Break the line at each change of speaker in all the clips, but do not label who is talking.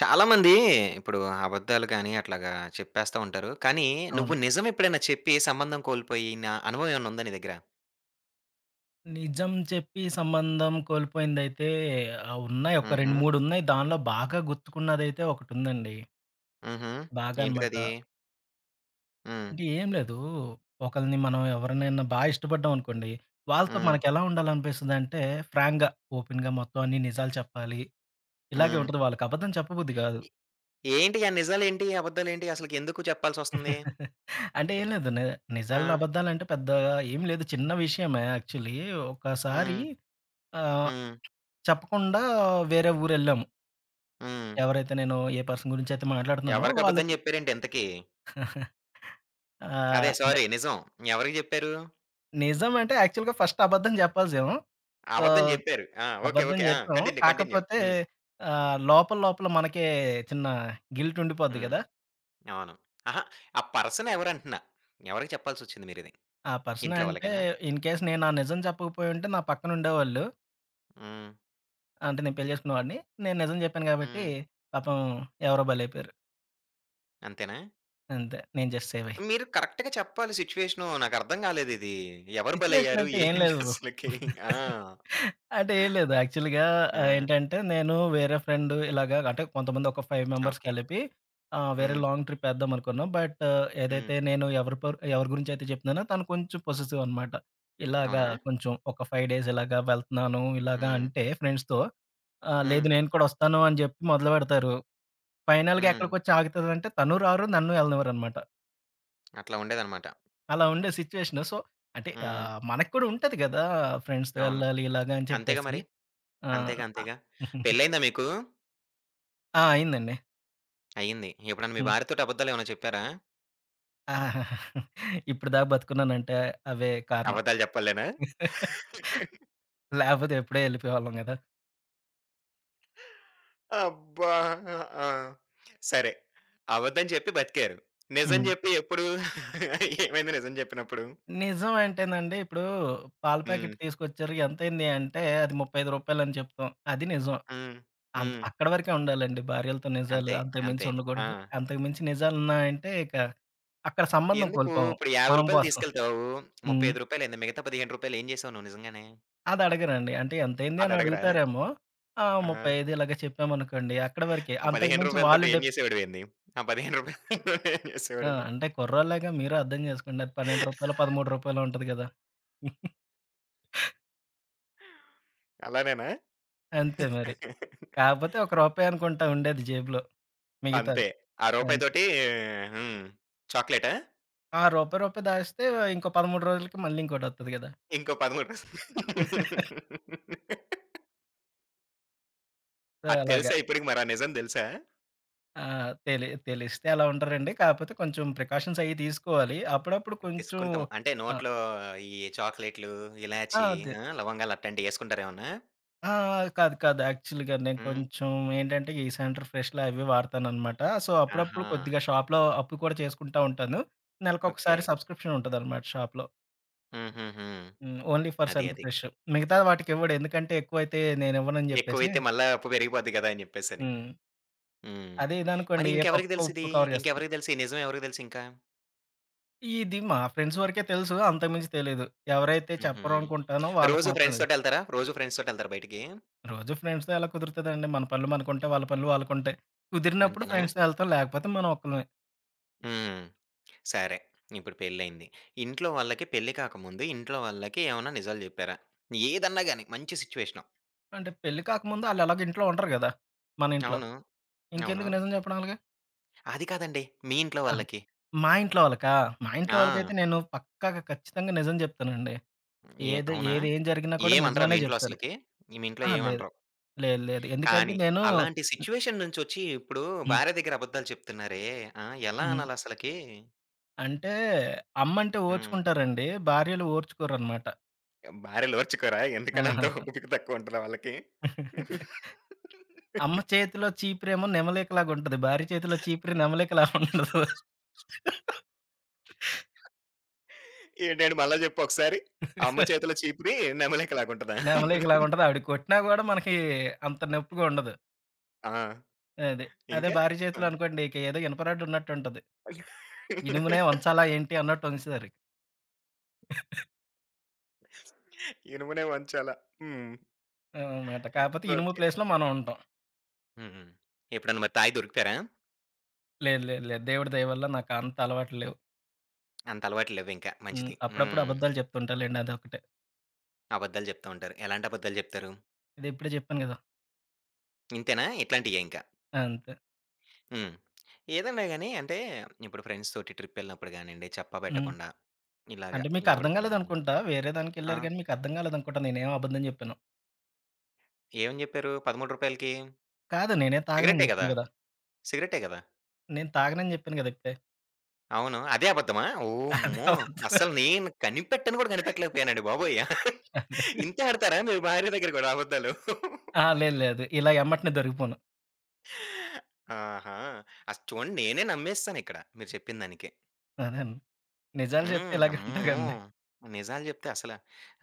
చాలామంది ఇప్పుడు అబద్ధాలు కానీ అట్లాగా చెప్పేస్తా ఉంటారు. కానీ
అవును.
నువ్వు నిజం ఎప్పుడైన చెప్పి సంబంధం కోల్పోయిన అనుభవం ఏమన్నా ఉందా నీ దగ్గర?
నిజం చెప్పి సంబంధం కోల్పోయిందైతే ఉన్నాయి. ఒక
హుహు.
2, 3 ఉన్నాయి. దానిలో బాగా గుర్తుకున్నదైతే ఒకటుందండి.
హుహు.
బాగా అనమాట.
ఏంటిదది? హ్మ్.
అంటే ఏం లేదు. ఒకళ్ళని మనం ఎవరినైనా ఇష్టపడ్డాం అనుకోండి. వాళ్ళతో
హ్మ్.
మనకెలా ఉండాలనిపిస్తదంటే ఫ్రాంక్‌గా, ఓపెన్‌గా మొత్తం అన్ని నిజాలు చెప్పాలి. ఇలాగే
హ్మ్.
ఉంటది. వాళ్ళకి అబద్ధం చెప్పబుద్ధి కాదు.
ఏంటి ఆ నిజాలేంటి? అబద్ధాలేంటి? అసలకి ఎందుకు చెప్పాల్సొస్తుంది?
అంటే ఏం లేదు.
ఆ!
నిజాల్లో అబద్దాలంటే పెద్దగా ఏం లేదు. చిన్న విషయమే యాక్చువల్లీ. ఒకసారి
హ్మ్.
ఆహ్,
హ్మ్.
చెప్పకుండా వేరే ఊరెళ్ళాము.
హ్మ్.
ఎవరైతే నేను ఏ పర్సన్ గురించైతే మాట్లాడుతున్నానో
ఎవరికి అబద్ధం
వాళ్ళకి
చెప్పారేంటి ఇంతకి? అదే
అంటే
సారీ నిజం. ఎవరికి చెప్పారు?
నిజం అంటే యాక్చువల్‌గా ఫస్ట్ అబద్ధం జెప్పాల్సేమో. సో,
అబద్ధం చెప్పారు. ఆ! ఓకే.
అబద్ధం
ఓకే. ఆ!
జెప్పాము.
కంటిన్యూ. కంటిన్యూ.
కాకపోతే
హ్మ్.
లోపల లోపల మనకే చిన్న గిల్ట్ ఉండిపోద్ది
హ్మ్.
గదా!
అవును. అహా! ఆ పర్సన్ ఎవరంటున్నా. ఎవరికి చెప్పాల్సొచ్చింది మీరిది?
ఆ పర్సన్
ఇంట్లో
అంటే
వాళ్ళకేనా?
ఇన్ కేస్ నేను ఆ నిజం చెప్పకపోయుంటే నా పక్కన ఉండేవాళ్ళు
హ్మ్.
అంటే నేను పెళ్లి చేసుకునేవాడిని. నేను నిజం జెప్పాను గాబట్టి
హ్మ్.
పాపం ఎవరో బలైపోయారు.
అంతేనా?
అంతే. నేను జస్ట్ సేవ్ అయ్యా.
మీరు కరెక్ట్‌గా చెప్పాలి సిట్యుయేషను. నాకర్థం కాలేదిది. ఎవరు
సిట్యుయేషన్
బలయ్యారు?
అంటే ఏం లేదు బ్రో.
ఏంటసలకి? ఆ!
అంటే ఏం లేదు. యాక్చువల్‌గా
ఆ!
ఏంటంటే నేను వేరే ఫ్రెండ్ ఇలాగా అంటే కొంతమంది ఒక 5 మెంబర్స్
ఓకే.
కలిపి వేరే
హ్మ్.
లాంగ్ ట్రిప్ ఏద్దాం అనుకున్నాం. బట్
హ్మ్.
ఏదైతే నేను ఎవరి గురించి అయితే చెప్తున్నానో తను కొంచెం పొసెసివ్ అనమాట. ఇలాగా
అవునా?
కొంచెం ఒక 5 డేస్ ఇలాగా వెళ్తున్నాను ఇలాగా
హ్మ్.
అంటే ఫ్రెండ్స్‌తో
హ్మ్.
లేదు నేను కూడా వస్తాను అని చెప్పి మొదలుపెడతారు. ఫైనల్‌గా
హ్మ్.
ఎక్కడికొచ్చి ఆగుతదంటే తను రారు, నన్ను ఎళ్ళనివ్వరనమాట.
అట్లా ఉండేదనమాట.
అలా ఉండే సిట్యుయేషను. సో, అంటే
హ్మ్.
మనకు కూడా ఉంటది గదా! ఫ్రెండ్స్‌తో
అవును.
ఎళ్ళాలి ఇలాగా అని
అంతేగా
చెప్పేసి.
మరి.
ఆ!
అంతేగా,
ఆ!
అంతేగా. పెళ్లయిందా మీకు?
ఆ! అయిందండి.
అయింది. ఎప్పుడన్నా మీ
హ్మ్.
భార్యతోటి అబద్దాలేమన్నా చెప్పారా?
ఆహా! ఇప్పుడు దాకా బతికున్నానంటే అవే కారణం.
అబద్దాలు చెప్పలేనా?
లేపోతే ఎప్పుడో ఎళ్ళిపోయేవాళ్ళం గదా!
అబ్బా! ఆ! సరే. అబద్ధం చెప్పి బతికారు. నిజం
హ్మ్.
జెప్పి ఎప్పుడు ఏమైంది నిజం జెప్పినప్పుడు?
నిజం అంటేనండి ఇప్పుడు పాల ప్యాకెట్
హ్మ్.
తీసుకొచ్చారు. ఎంతయింది అంటే అది రూ. 35 అని చెప్తాం. అది నిజం.
హ్మ్. హ్మ్.
అక్కడి వరకే ఉండాలండి భార్యలతో నిజాలు.
అంతే.
అంతకు మించి
అంతే. ఆ!
ఉండకూడదు. అంతకు మించి నిజాలున్నాయంటే ఇక అక్కడ సంబంధం
ఎందుకు
కోల్పోము.
ఇప్పుడు రూ.
మనం
50
బోసం.
తీసుకెళ్తావు. రూ.
హ్మ్.
35 మిగతా రూ. 15 ఏం జేసావు నువ్వు నిజంగానే?
అది అడగరండి. అంటే ఎంతైంది అని
అదడగరా?
అడుగుతారేమో. ఆ!
ఆ!
35 ఇలాగ చెప్పామనుకోండి అక్కడి వరకే.
ఆ రూ.
అంతకు
15
మించి వాళ్ళు
తోటి ఏం
డెప్
జేసేవాడివేంది? ఆ రూ. 15 ఏం
ఆ!
జేసేవాడివి?
అంటే కుర్రోళ్ళేగా మీరు అర్థం చేసుకోండి. అది రూ. 12, రూ. 13 ఉంటది కదా!
అలానేనా?
అంతే మరి. కాకపోతే ఒక రూపాయి అనుకుంటా ఉండేది జేబులో. మిగతాది.
అంతే. ఆ రూపాయి
అంతే.
తోటి హ్మ్. చాక్లేటా?
ఆ రూపాయి, రూపాయి దాస్తే ఇంకో 13 రోజులకి మళ్ళీ ఇంకోటొత్తది కదా!
ఇంకో 13
సో,
అది
అలాగా.
తెలుసా ఇప్పటికి మరి ఆ నిజం తెలుసా?
ఆ! తెలిస్తే అలా ఉండరండి. కాకపోతే కొంచెం ప్రికాషన్స్ అయి తీసుకోవాలి. అప్పుడప్పుడు కొంచెం
తీసుకుంటాం. అంటే
ఆ!
నోట్లో ఈ చాక్లేట్‌లు,
ఆ!
ఇలాచి,
అదే.
ఆ! లవంగాలు అట్లాంటియి యేసుకుంటారేమన్నా?
ఆ! కాదు. కాదు. యాక్చువల్‌గా నేను
హ్మ్.
కొంచెం ఏంటంటే, ఈ సెంటర్ ఫ్రెష్‌లు అవి వాడతాననమాట. సో, అప్పుడప్పుడు
ఆహా!
కొద్దిగా షాప్‌లో అప్పు కూడా చేసుకుంటా ఉంటాను.
ఓకే.
నెలకొకసారి సబ్స్క్రిప్షన్ ఉంటదనమాట షాప్‌లో.
హుహుహు.
హ్మ్. ఓన్లీ ఫర్
అది.
సెంటర్
అది.
ఫ్రెష్. మిగతా వాటికివ్వడు. ఎందుకంటే, ఎక్కువైతే నేనివ్వనని జెప్పేసి.
ఎక్కువైతే మళ్ళా అప్పు పెరిగిపోద్ది గదా! అని జెప్పేసని.
హ్మ్.
హ్మ్.
అదే
మరి
ఇదనుకోండి ఏ
ఇంకెవరికి
పప్పుకో,
తెలుసిది?
ఉప్పుకో కవర్ జేస్తాను.
ఇంకెవరికి తెలుసు? ఈ నిజం ఎవరికి తెలుసింకా?
ఇది మా ఫ్రెండ్స్ వరకే తెలుసు. అంతకు మించి తెలీదు. ఎవరైతే
హుహు.
చెప్పరు అనుకుంటానో వాళ్ళకి
రోజు
మాత్రం
ఫ్రెండ్స్
తెలుసు.
తోటెళ్తారా? రోజు ఫ్రెండ్స్ తోటెళ్తారా బయటికి?
రోజు ఫ్రెండ్స్‌తో ఎలా కుదురుతదండి. మన పనులు మనకుంటాయి. వాళ్ళ పనులు వాళ్ళకుంటాయి. కుదిరినప్పుడు
అంతేనా?
ఫ్రెండ్స్‌తో ఎళ్తాం. లేకపోతే మనం ఒక్కళమే.
హ్మ్. సరే. ఇప్పుడు పెళ్లయింది. ఇంట్లో వాళ్ళకి పెళ్లి కాకముందు ఇంట్లో వాళ్ళకి ఏమన్నా నిజాలు జెప్పారా? ఏదన్నా గాని మంచి సిట్యుయేషను.
అంటే పెళ్లి కాకముందు ఆళ్ళెలాగో ఇంట్లో ఉండరు గదా! మన ఇంట్లో.
అవును. అవును.
ఇంకెందుకు నిజం చెప్పడం ఆళ్ళకి?
అది కాదండి. మీ ఇంట్లో
ఆహా!
వాళ్ళకి.
మా ఇంట్లో వాళ్ళకా? మా ఇంట్లో వాళ్ళకైతే
ఆ!
నేను పక్కాగా ఖచ్చితంగా నిజం జెప్తానండి.
ఏ
ఏది
అవునా?
ఏది ఏం జరిగినా కూడా
ఏమనరా మీ
నిజమనే
ఇంట్లో
జెప్తాను.
అసలకి? మీ ఇంట్లో
అహా! లేదు.
ఏమనరు.
లేదు. లేదు. ఎందుకంటే
కానీ
నేను
అలాంటి సిట్యుయేషన్ నుంచొచ్చి ఇప్పుడు
హ్మ్.
భార్య దగ్గర అబద్ధాలు చెప్తున్నారే! ఆ! ఎలా
హ్మ్.
అనాలసలకి?
అంటే అమ్మంటే
హ్మ్.
ఓర్చుకుంటారండి. భార్యలు ఓర్చుకోరనమాట.
భార్యలు ఓర్చుకోరా? ఎందుకని
ఆహా!
అంత ఓపిక తక్కువ ఉంటదా వాళ్ళకి?
అమ్మ చేతిలో చీపిరేమో నెమలికలాగుంటది. భార్య చేతిలో చీపిరి నెమలికలా ఉండదు.
ఏంటండి మళ్ళా జెప్పు ఒకసారి. అమ్మ చేతిలో చీపిరి నెమలికలాగుంటదా?
నెమలికలాగుంటది. ఆవిడ కొట్టినా గూడా మనకి అంత నొప్పిగా ఉండదు.
ఆ!
అదే. అదే
ఇంకా?
భార్య చేతిలో
ఆ!
అనుకోండి ఇక ఏదో ఇనుప రాడ్ ఉన్నట్టుంటది. ఇనుమునే ఉంచాలా ఏంటి అన్నట్టు ఉంచుతారు.
ఇనుమునే వంచాల. హ్మ్.
అనమాట. కాకపోతే ఇనుము
ఓకే.
ప్లేస్‌లో మనం ఉంటాం.
హ్మ్. హ్మ్. ఎప్పుడన్నా మరి తాగి దొరుకుతారా?
లేదు, లేదు, లేదు. దేవుడి దయ వల్ల నాకు అంత అలవాట్లు లేవు.
అంత అలవాట్లు లేవింక.
హ్మ్.
మంచిది.
అప్పుడప్పుడు
హ్మ్.
అబద్ధాలు చెప్తుంటా లెండి అదొకటే.
అబద్దాలు చెప్తా ఉంటారు. ఎలాంటి అబద్దాలు చెప్తారు?
ఇది ఇప్పుడే చెప్పాను గదా!
ఇంతేనా? ఇట్లాంటియే ఇంకా.
ఆ! అంతే.
హ్మ్. ఏదన్నా గాని అంటే ఇప్పుడు ఫ్రెండ్స్ తోటి ట్రిప్పెళ్ళినప్పుడు గానియండి, చెప్పా
హ్మ్.
పెట్టకుండా ఇలాగ
అంటే మీకు అర్థం
ఎవడికన్నాను
కాలేదనుకుంటా. వేరే
ఆ!
దానికెళ్లారు గానీ మీకు అర్థం కాలేదనుకుంటా నేనేం అబద్ధం చెప్పానో.
ఏమని చెప్పారు రూ. 13కి?
కాదు నేనేం తాగనని
సిగరెట్టే గదా!
చెప్పాను గదా!
సిగరెట్టే గదా!
నేను తాగనని చెప్పాను గదా! ఇప్పుడే.
అవును. అదే అబద్ధమా?
అదే
ఓమ్మో!
అబద్ధం.
అస్సలు నేను కనిపెట్టను గూడా కనిపెట్టలేకపోయానండి బాబోయ్!
అదే.
ఇంతే ఆడతారా మీరు భార్య దగ్గర కూడా అబద్ధాలు?
ఆ! లేదు, లేదు. ఇలా ఎమ్మటనే దొరికిపోను.
ఆహా! అస్ చూడండి నేనే నమ్మేస్తానిక్కడ మీరు చెప్పిన దానికి.
అదే అండి. నిజాలు చెప్తే
హ్మ్.
ఇలాగే ఉంటా
అమ్మో!
కదండీ.
నిజాలు జెప్తే అసల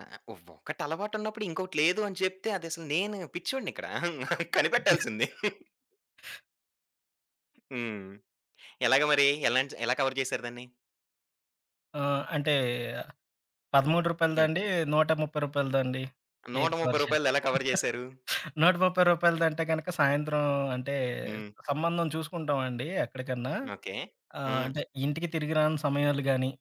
ఆహ్, ఒకటలవాటున్నప్పుడు ఇంకోటి లేదు అని చెప్తే అదసలు నేను పిచ్చోడినిక్కడ. కనిపెట్టాల్సింది. హ్మ్. ఎలాగ మరి? ఎలాంటి ఎలా కవర్ చేసారు దాన్ని?
ఆ! అంటే రూ.
హ్మ్.
13దండి, రూ. 130దండి?
రూ.
ఏది
130
కమర్షియల్?
ఎలా
రూ.
కవర్ చేసారు?
130దంటే గనక సాయంత్రం అంటే
హ్మ్.
సంబంధం చూసుకుంటామండి ఎక్కడికన్నా.
ఓకే. హ్మ్.
అంటే ఇంటికి తిరిగి రాని సమయాలు గాని,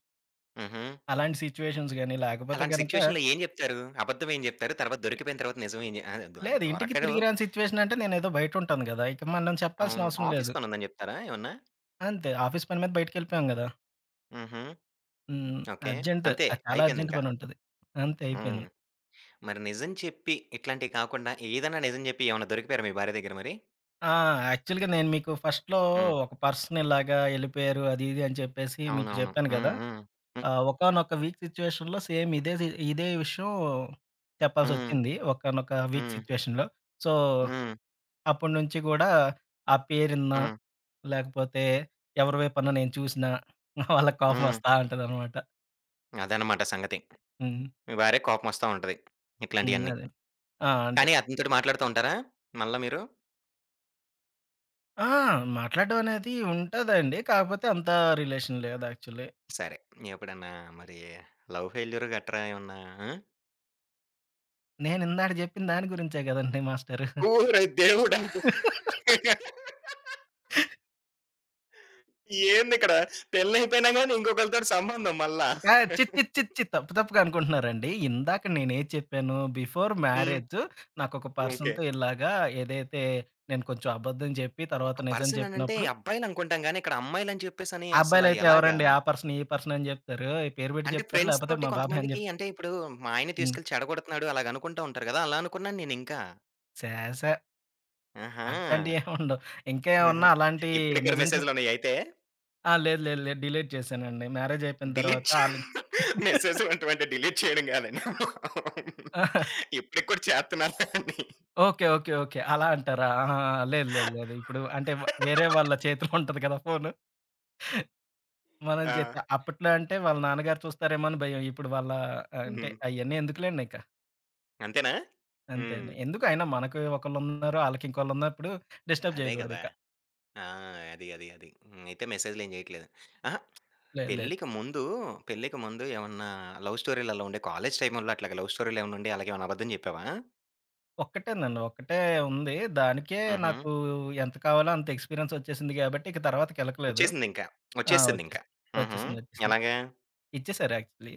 హుహు.
అలాంటి సిట్యుయేషన్స్ గాని, లేకపోతే
అలాంటి
గనక
సిట్యుయేషన్‌లో ఏం జెప్తారు? అబద్ధం ఏం జెప్తారు? తర్వాత
ఇ
దొరికిపోయిన తర్వాత నిజం ఏం జె ఆహ్, దొ
లేదు ఇంటికి
దొరకరు.
తిరిగి రాని సిట్యుయేషన్ అంటే నేనేదో బయటుంటాను గదా! ఇక మనం చెప్పాల్సిన
అవును.
అవసరం లేదు.
ఆఫీస్ పనుందని జెప్తారా ఏమన్నా?
అంతే ఆఫీస్ పని మీద బయటికెళ్ళిపోయాం గదా!
హుహు.
హ్మ్.
ఓకే.
అర్జెంట్.
అంతే
అది చాలా అర్జెంట్
అయిపోయిందింకా.
పనుంటది. అంతే
హ్మ్.
అయిపోయింది.
మరి నిజం చెప్పి ఇట్లాంటియి కాకుండా ఏదన్నా నిజం జెప్పి ఏమన్నా దొరికిపోయారా మీ భార్య దగ్గర మరి?
ఆ! యాక్చువల్‌గా నేను మీకు ఫస్ట్‌లో
హ్మ్.
ఒక పర్సన్ ఇలాగా ఎళ్ళిపోయారు అది ఇది అని చెప్పేసి మీకు
అవునవును.
చెప్పాను గదా!
హ్మ్. హ్మ్.
ఒకానొక వీక్ సిట్యుయేషన్‌లో సేమ్ ఇదే ఇదే విషయం
హ్మ్.
చెప్పాల్సొచ్చింది. ఒకానొక వీక్
హ్మ్.
సిట్యుయేషన్‌లో. సో,
హ్మ్. హ్మ్.
అప్పటి నుంచి గూడా ఆ పేరిన్నా,
హ్మ్.
లేకపోతే ఎవరి వైపన్నా నేను చూసినా వాళ్ళకి కోపం
హ్మ్.
వస్తా ఉంటదనమాట.
అదనమాట సంగతి.
హ్మ్.
మీ భార్యకి కోపమొస్తా ఉంటది.
హ్మ్.
ఇట్లాంటియన్నీ.
అదే. ఆ! అంటే
కానీ అతనితోటి మాట్లాడుతా ఉంటారా మళ్ళా మీరు?
ఆ! మాట్లాడడం అనేది ఉంటదండి. కాకపోతే అంత రిలేషన్ లేదు యాక్చువల్లీ.
సరే. ఎప్పుడన్నా మరి లవ్ ఫెయిల్యూర్ గట్రా ఏమన్నా ఆ?
నేనిందాక చెప్పిన దాని గురించే గదండీ మాస్టరు.
ఓరి దేవుడా! ఏందిక్కడ పెళ్లయిపోయినా గాని ఇంకొకళ్ళతోటి సంబంధం మళ్ళా.
ఆ! ఛీ! ఛీ! ఛీ! ఛీ! తప్పు తప్పుగా అనుకుంటున్నారండి. ఇందాక నేనేది చెప్పాను, బిఫోర్
హ్మ్.
మ్యారేజ్ నాకొక
ఓకే.
పర్సన్‌తో ఇలాగా ఏదైతే నేను కొంచెం అబద్ధం చెప్పి తర్వాత
ఒక
నిజం
పర్సన్ అనంటే
చెప్పినప్పుడు
అబ్బాయిలనుకుంటాం గానీ, ఇక్కడ అమ్మాయిలని చెప్పేసని
ఆ
అసల
అబ్బాయిలైతే
ఎలాగా?
ఎవరండి ఆ పర్సన్, ఈ పర్సన్ అని చెప్తారు. పేరు పెట్టి
అంటే
చెప్తారు.
ఫ్రెండ్స్
లేకపోతే
తోటి
మా బాబాయ్ అని
కొంతమందికి
చెప్తారు.
అంటే ఇప్పుడు మా ఆయన్ని
హ్మ్.
తీసుకెళ్ళి చెడగొడుతున్నాడు అలాగనుకుంటా ఉంటారు గదా! అలా అనుకున్నాను నేనింకా.
ఛే! ఛే!
ఆహా!
అట్లాంటియేమి ఉండవు. ఇంకా ఏమన్నా అలాంటి
ఇప్పటికి కూడా
నిజం చెప్
మెసేజ్‌లున్నాయి అయితే?
ఆ! లేదు లేదు లేదు. డిలీట్ చేశానండి. మ్యారేజ్ అయిపోయిన
డిలీట్
తర్వాత
చే
ఆల్రెడీ
మెసేజ్‌లు అంటావంటే డిలీట్ చేయడం గాదండి. ఇప్పటికి కూడా చేత్తన్నారా అని.
ఓకే. ఓకే. ఓకే. అలా అంటారా? ఆహా! లేదు. లేదు. లేదు. ఇప్పుడు అంటే వేరే వాళ్ళ చేతిలో ఉంటది కదా ఫోను. మనం
ఆ!
చేస్తే అప్పట్లో అంటే వాళ్ళ నాన్నగారు చూస్తారేమో అని భయం. ఇప్పుడు వాళ్ళ అంటే
హ్మ్.
అయన్నీ ఎందుకులేండి ఇక.
అంతేనా?
అంతే
హ్మ్.
అండి. ఎందుకు అయినా మనకు ఒకళ్ళున్నారు. ఆళ్ళకి ఇంకోళ్ళున్నప్పుడు డిస్టర్బ్
అదే గదా!
చేయకూడదిక.
ఆ! అది. అది. అది. హ్మ్. అయితే మెసేజ్‌లేం జేయట్లేదు. అహా!
లేదు. లేదు.
పెళ్ళికి ముందు, పెళ్ళికి ముందు ఏమన్నా లవ్ స్టోరీలు అలా ఉండే కాలేజ్ టైముల్లో అట్లాగా లవ్ స్టోరీలు ఏమన్నా ఉండి అలాగేమన్నా అబద్ధం జెప్పావా?
ఒక్కటేనండి. ఒక్కటే ఉంది. దానికే
హుహు.
నాకు ఎంత కావాలో అంత ఎక్స్‌పీరియన్స్ ఒచ్చేసింది గాబట్టి ఇక తర్వాతకెళ్ళకలేదు.
వచ్చేసిందింకా.
ఆ!
వచ్చేసిందింకా.
ఒచ్చేసింది.
హుహు.
ఒచ్చేసింది. ఒచ్చేసింది.
ఎలాగా?
ఇచ్చేసారు యాక్చువల్లీ.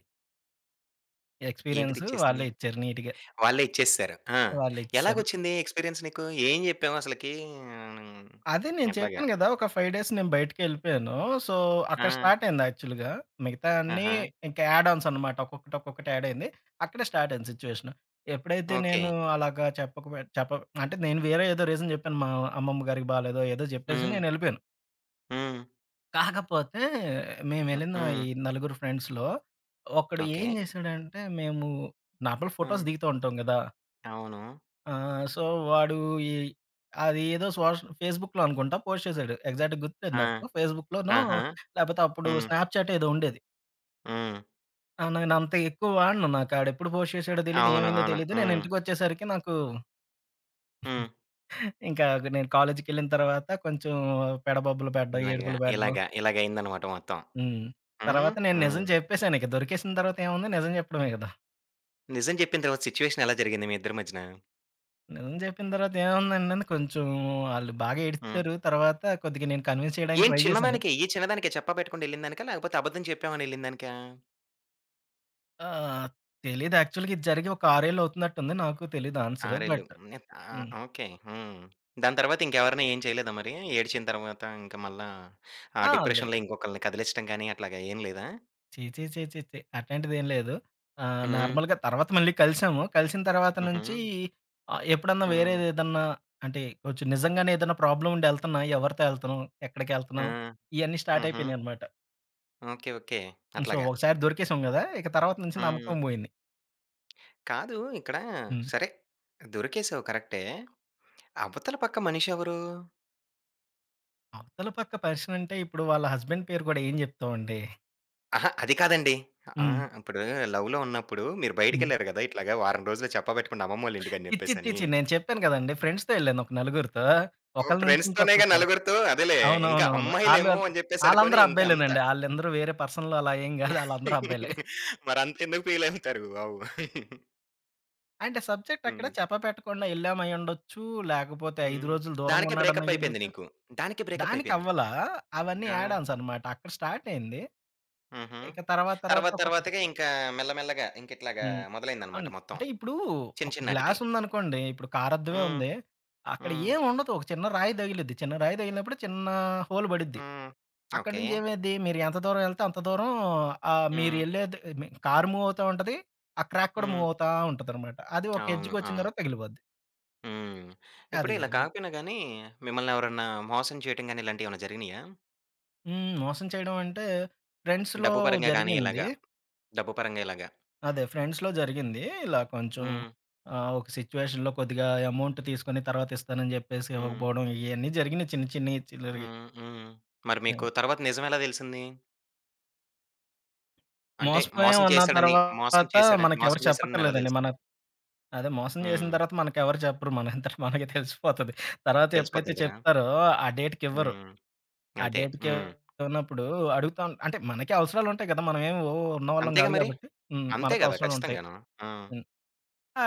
ఏంటిది
ఎక్స్‌పీరియన్స్ వాళ్ళే
ఇచ్చేసింది?
ఇచ్చారు నీట్‌గా.
వాళ్ళే ఇచ్చేసేసారు. ఆ!
వాళ్ళే ఇచ్చేసారు.
ఎలాగొచ్చింది ఎక్స్‌పీరియన్స్ నీకు? ఏం జెప్పావు అసలకి? హ్మ్.
అదే నేను
అట్లాగా.
చెప్పాను గదా! ఒక 5 డేస్ నేను బయటికెళ్ళిపోయాను. సో,
ఆ!
అక్కడ స్టార్ట్ అయింది యాక్చువల్‌గా. మిగతా అన్నీ
ఆహా!
ఇంకా యాడ్ ఆన్స్ అనమాట. ఒక్కొక్కటి, ఒక్కొక్కటి యాడ్ అయింది. అక్కడే స్టార్ట్ అయింది సిచ్యువేషన్. ఎప్పుడైతే
ఓకే.
నేను అలాగా చెప్పకపో చెప్ప అంటే నేను వేరే ఏదో రీజన్ జెప్పాను. మా అమ్మమ్మ గారికి బాలేదో ఏదో జెప్పేసి
హ్మ్.
నేనెళ్ళిపోయాను.
హ్మ్.
కాకపోతే
హ్మ్.
మేమెళ్ళిన
హ్మ్.
ఈ నలుగురు ఫ్రెండ్స్‌లో ఒకడు
ఓకే.
ఏం జేశాడంటే మేము నార్మల్
ఆ!
ఫోటోస్ దిగుతూ ఉంటాం గదా!
అవును.
ఆ! సో, వాడు ఈ అది ఏదో ఫేస్‌బుక్‌లో అనుకుంటా పోస్ట్ చేశాడు. ఎగ్జాక్ట్‌గా గుర్తులేదు
ఆ!
నాకు. ఫేస్‌బుక్‌లోనో
ఆహా!
లేపోతే అప్పుడు
హ్మ్.
స్నాప్‌చాట్ ఏదో ఉండేది.
హ్మ్.
ఆ! నేనంత ఎక్కువ వాడను. నాకు ఆడెప్పుడు పోస్ట్ చేశాడో తెలీదు,
అవును.
ఏమైందో
అవును.
తెలీదు. నేను
హ్మ్.
ఇంటికొచ్చేసరికి నాకు
హ్మ్.
ఇంకా నేను కాలేజీకెళ్ళిన తర్వాత కొంచెం పెడబొబ్బలు పెట్టడం,
ఇలాగా,
ఏడుపులు పెట్టడం.
ఇలాగా, ఇలాగయిందనమాట మొత్తం.
హ్మ్.
హ్మ్.
తర్వాత నేను నిజం
హ్మ్.
చెప్పేసాను ఇక. దొరికేసిన తర్వాత ఏముంది నిజం చెప్పడమే కదా!
నిజం చెప్పిన తర్వాత సిట్యుయేషన్ ఎలా జరిగింది మీ ఇద్దరి మధ్యన?
నిజం చెప్పిన తర్వాత ఏముందండి కొంచెం ఆళ్ళు బాగా
హ్మ్.
ఏడిచారు. తర్వాత కొద్దిగా నేను కన్విన్స్ చేయడానికి
ఏం
ట్రై చేశాను.
చిన్నదానికే, ఈ చిన్నదానికే చెప్పా పెట్టకుండా యెళ్ళిందానికా? లేకపోతే అబద్ధం చెప్పామని యెళ్ళిందానికా?
ఆ! తెలీదు యాక్చువల్‌గా ఇది జరిగి ఒక 6 ఏళ్ళు అవుతున్నట్టుంది. నాకు తెలీదు ఆన్సరు.
ఆరేళ్ళు.
బట్
హ్మ్.
హ్మ్.
ఓకే. హ్మ్. దాని తర్వాత ఇంకెవరిని ఏం చేయలేదా మరి? ఏడ్చిన తర్వాత ఇంక మళ్ళా ఆ
ఆ! లే
డిప్రెషన్‌లో ఇంకొకళ్ళని కదిలిచ్చడం గాని అట్లాగా ఏం లేదా?
ఛీ! ఛీ! ఛీ! ఛీ! ఛీ! అట్లాంటిదేం లేదు.
హ్మ్.
నార్మల్‌గా తర్వాత మళ్ళీ కలిసాము. కలిసిన తర్వాత
హుహు.
నుంచి ఎప్పుడన్నా
హ్మ్.
వేరేదేదన్నా అంటే కొంచెం నిజంగానే ఏదన్నా ప్రాబ్లమ్ ఉండి ఎళ్తున్నా, ఎవరితో ఎళ్తున్నాం,
ఆ!
ఎక్కడికెళ్తున్నాం ఇయన్నీ స్టార్ట్
హుహు.
అయిపోయినాయనమాట.
ఓకే. ఓకే.
హ్మ్. సో,
అట్లాగా.
ఒకసారి దొరికేసాం గదా! ఇక తర్వాత నుంచి
హ్మ్.
నమ్మకం బోయింది.
కాదు. ఇక్కడ
హ్మ్.
సరే దొరికేసావు కరెక్టే. అవతల పక్క మనిషెవరు?
అవతల పక్క పర్సనంటే ఇప్పుడు వాళ్ళ హస్బెండ్ పేరు గూడా ఏం జెప్తామండి.
అహా! అది కాదండి.
హ్మ్.
ఆహా! ఇప్పుడు లవ్‌లో ఉన్నప్పుడు మీరు
హ్మ్.
బయటికెళ్లారు గదా! ఇట్లాగా వారం రోజులు చెప్పబెట్టుకుంటే అమ్మమ్మోళ్ళ ఇంటికని
ఇచ్చి, ఇచ్చి,
జెప్పేసని.
ఇచ్చి. నేను చెప్పాను కదండీ! ఫ్రెండ్స్‌తో ఎళ్ళాను ఒక నలుగురితో. ఒకళ్ళ నుంచి
ఫ్రెండ్స్‌తోనేగా
ఇంకొకళ్ళతో
నలుగురితో అదేలే ఇంకా
అవునవునవును. ఆళ్ళు
అమ్మాయిలేమో అని జెప్పేసనుకోని
ఆళ్ళందరూ
ఇంకా అంత.
అబ్బాయిలేనండి. ఆళ్ళందరూ వేరే పర్సన్‌లు అలా ఏం గాదు. ఆళ్ళందరూ అబ్బాయిలే.
మరంతెందుకు ఫీలవుతారు బాబు.
అంటే సబ్జెక్ట్ అక్కడ
హ్మ్.
చెప్పపెట్టకుండా ఎళ్ళాం అయ్యుండొచ్చు. లేకపోతే 5
హ్మ్.
రోజులు దూరంగా
దానికే
ఉన్నాడని
బ్రేకప్ అయిపోయింది
అయ్యుండొచ్చు.
నీకు. దానికే బ్రేకప్ అయిపోయింది.
దానికవ్వలా. అవన్నీ
ఆ!
యాడ్ ఆన్స్ అనమాట. అక్కడ స్టార్ట్ అయింది.
హుహు.
ఇక తర్వాత తర్వాత
తర్వాత
ఒక్కొక్కటి.
తర్వాతగా ఇంకా మెల్ల మెల్లగా ఇంకిట్లాగా
హ్మ్. అన్
మొదలైందనమాట మొత్తం.
అంటే ఇప్పుడు
చిన్న
ఒక
చిన్నాటికి.
గ్లాస్ ఉందనుకోండి. ఇప్పుడు కారద్దమే
హ్మ్.
ఉంది. అక్కడ
హ్మ్.
ఏం ఉండదు. ఒక చిన్న రాయి తగిలిద్ది. చిన్న రాయి తగిలినప్పుడు చిన్న హోల్ పడిద్ది.
హ్మ్.
అక్కడి
ఓకే.
నుంచి ఏమైద్ది, మీరు ఎంత దూరం ఎళ్తే అంత దూరం మీరు
హ్మ్.
ఎళ్ళేది మీ కారు మూవ్ అవుతా ఉంటది. ఆ క్రాక్ కూడా మూవ్
హ్మ్.
అవుతా ఉంటదనమాట. అది ఒక
అవును.
ఎడ్జ్‌కొచ్చిన
అవును.
తర్వాత తగిలిపోద్ది.
హ్మ్. ఇప్పుడు
అదే
ఇలా
జరిగింది.
కాకపోయినా గానీ, మిమ్మల్ని ఎవరన్నా మోసం చేయటం గాని ఇలాంటియేమన్నా జరిగినియా?
హ్మ్. మోసం చేయడం అంటే ఫ్రెండ్స్‌లో
డబ్బు పరంగా గాని
జరిగింది.
ఇలాగా, డబ్బు పరంగా ఇలాగా?
అదే ఫ్రెండ్స్‌లో జరిగింది. ఇలా కొంచెం
హ్మ్.
ఒక సిట్యుయేషన్‌లో కొద్దిగా అమౌంట్ తీసుకొని తర్వాత ఇస్తానని జెప్పేసి
హ్మ్.
ఇవ్వకపోవడం ఇయన్నీ జరిగినయి చిన్ని చిన్ని చిల్లరవి.
హ్మ్. హ్మ్. మరి మీకు
అదే.
తర్వాత నిజమెలా తెలిసింది? అంటే
మోసపోయాం
మోసం
అన్న
చేశాడని, మోసం
తర్వాత
చేశాడని,
మనకెవరు
మోసం చేశాడని ఎలా
చెప్పక్కర్లేదండి. మన
తెలిసింది?
అదే మోసం చేసిన
హ్మ్.
తర్వాత మనకెవరు చెప్పరు. మనంతట మనకే తెలిసిపోతది. తర్వాత ఎప్పుడైతే
తెలిసిపోద్దంటారా?
చెప్తారో ఆ డేట్‌కివ్వరు.
హ్మ్.
ఆ
అంతే.
డేట్‌కి
హ్మ్.
ఇవ్వనప్పుడు అడుగుతా ఉం అంటే మనకే అవసరాలుంటాయి కదా! మనమేమి ఓ ఉన్నవాళ్ళం
అంతేగా
కాదు
మరి.
కాబట్టి. హ్మ్.
అంతే
మనకు
గదా!
అవసరాలుంటాయి.
ఖచ్చితంగాను. ఆ!
హ్మ్.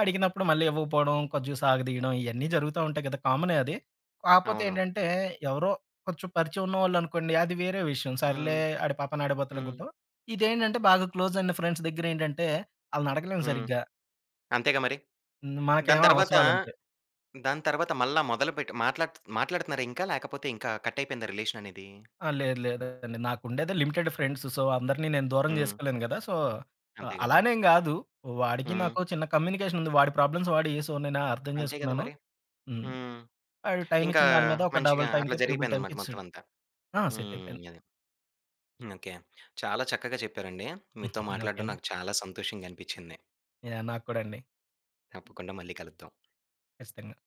అడిగినప్పుడు మళ్ళీ ఇవ్వకపోవడం, కొంచెం సాగదీయడం ఇయన్నీ జరుగుతా ఉంటాయి కదా! కామనే అది. కాపోతే
అవును.
ఏంటంటే ఎవరో కొంచెం పరిచయం ఉన్నవాళ్ళనుకోండి అది వేరే విషయం. సర్లే
హ్మ్.
ఆడి పాపాన ఆడే బతుకని
హ్మ్.
అనుకుంటాం. ఇదేంటంటే బాగా క్లోజ్ అయిన ఫ్రెండ్స్ దగ్గరేంటంటే ఆళ్ళనడగలేం
హ్మ్.
సరిగ్గా.
అంతేగా మరి.
హ్మ్.
దాని
మనకేమో
తర్వాత,
అవసరాలుంటాయి.
దాని తర్వాత మళ్ళా మొదలుపెట్టి మాట్లాడుతున్నారా ఇంకా? లేకపోతే ఇంకా కట్ అయిపోయిందా రిలేషననేది?
ఆ! లేదు లేదండి. నాకుండేదే లిమిటెడ్ ఫ్రెండ్స్. సో, అందరిని నేను దూరం
హ్మ్.
జేసుకోలేను గదా! సో,
అంతే గదా!
అలానేం గాదు. వాడికి
హ్మ్.
నాకు చిన్న కమ్యూనికేషన్ ఉంది. వాడి ప్రాబ్లమ్స్ వాడియి. సో, నేను అర్థం
అంతే గదా
జేసుకున్నాను.
మరి.
హ్మ్.
హ్మ్.
వాడు టైమ్
ఇంకా
ఇచ్చిన దాని మీద ఒక
మంచిగా
డబుల్
అట్లా
టైమ్‌కో, త్రిబుల్ టైమ్‌కో
జరిగిపోయిందనమాట మొత్తం
ఇచ్చేసాడు.
అంతా.
ఆ! సెట్
హ్మ్.
అయిపోయాను.
అది. ఓకే. చాలా చక్కగా చెప్పారండి. మీతో
ఓకే
మాట్లాడడం
అండి.
నాకు చాలా సంతోషంగా అనిపిచ్చింది.
యాహ్! నాకు కూడా అండి.
తప్పకుండా మళ్ళీ కలుద్దాం.
ఖచ్చితంగా.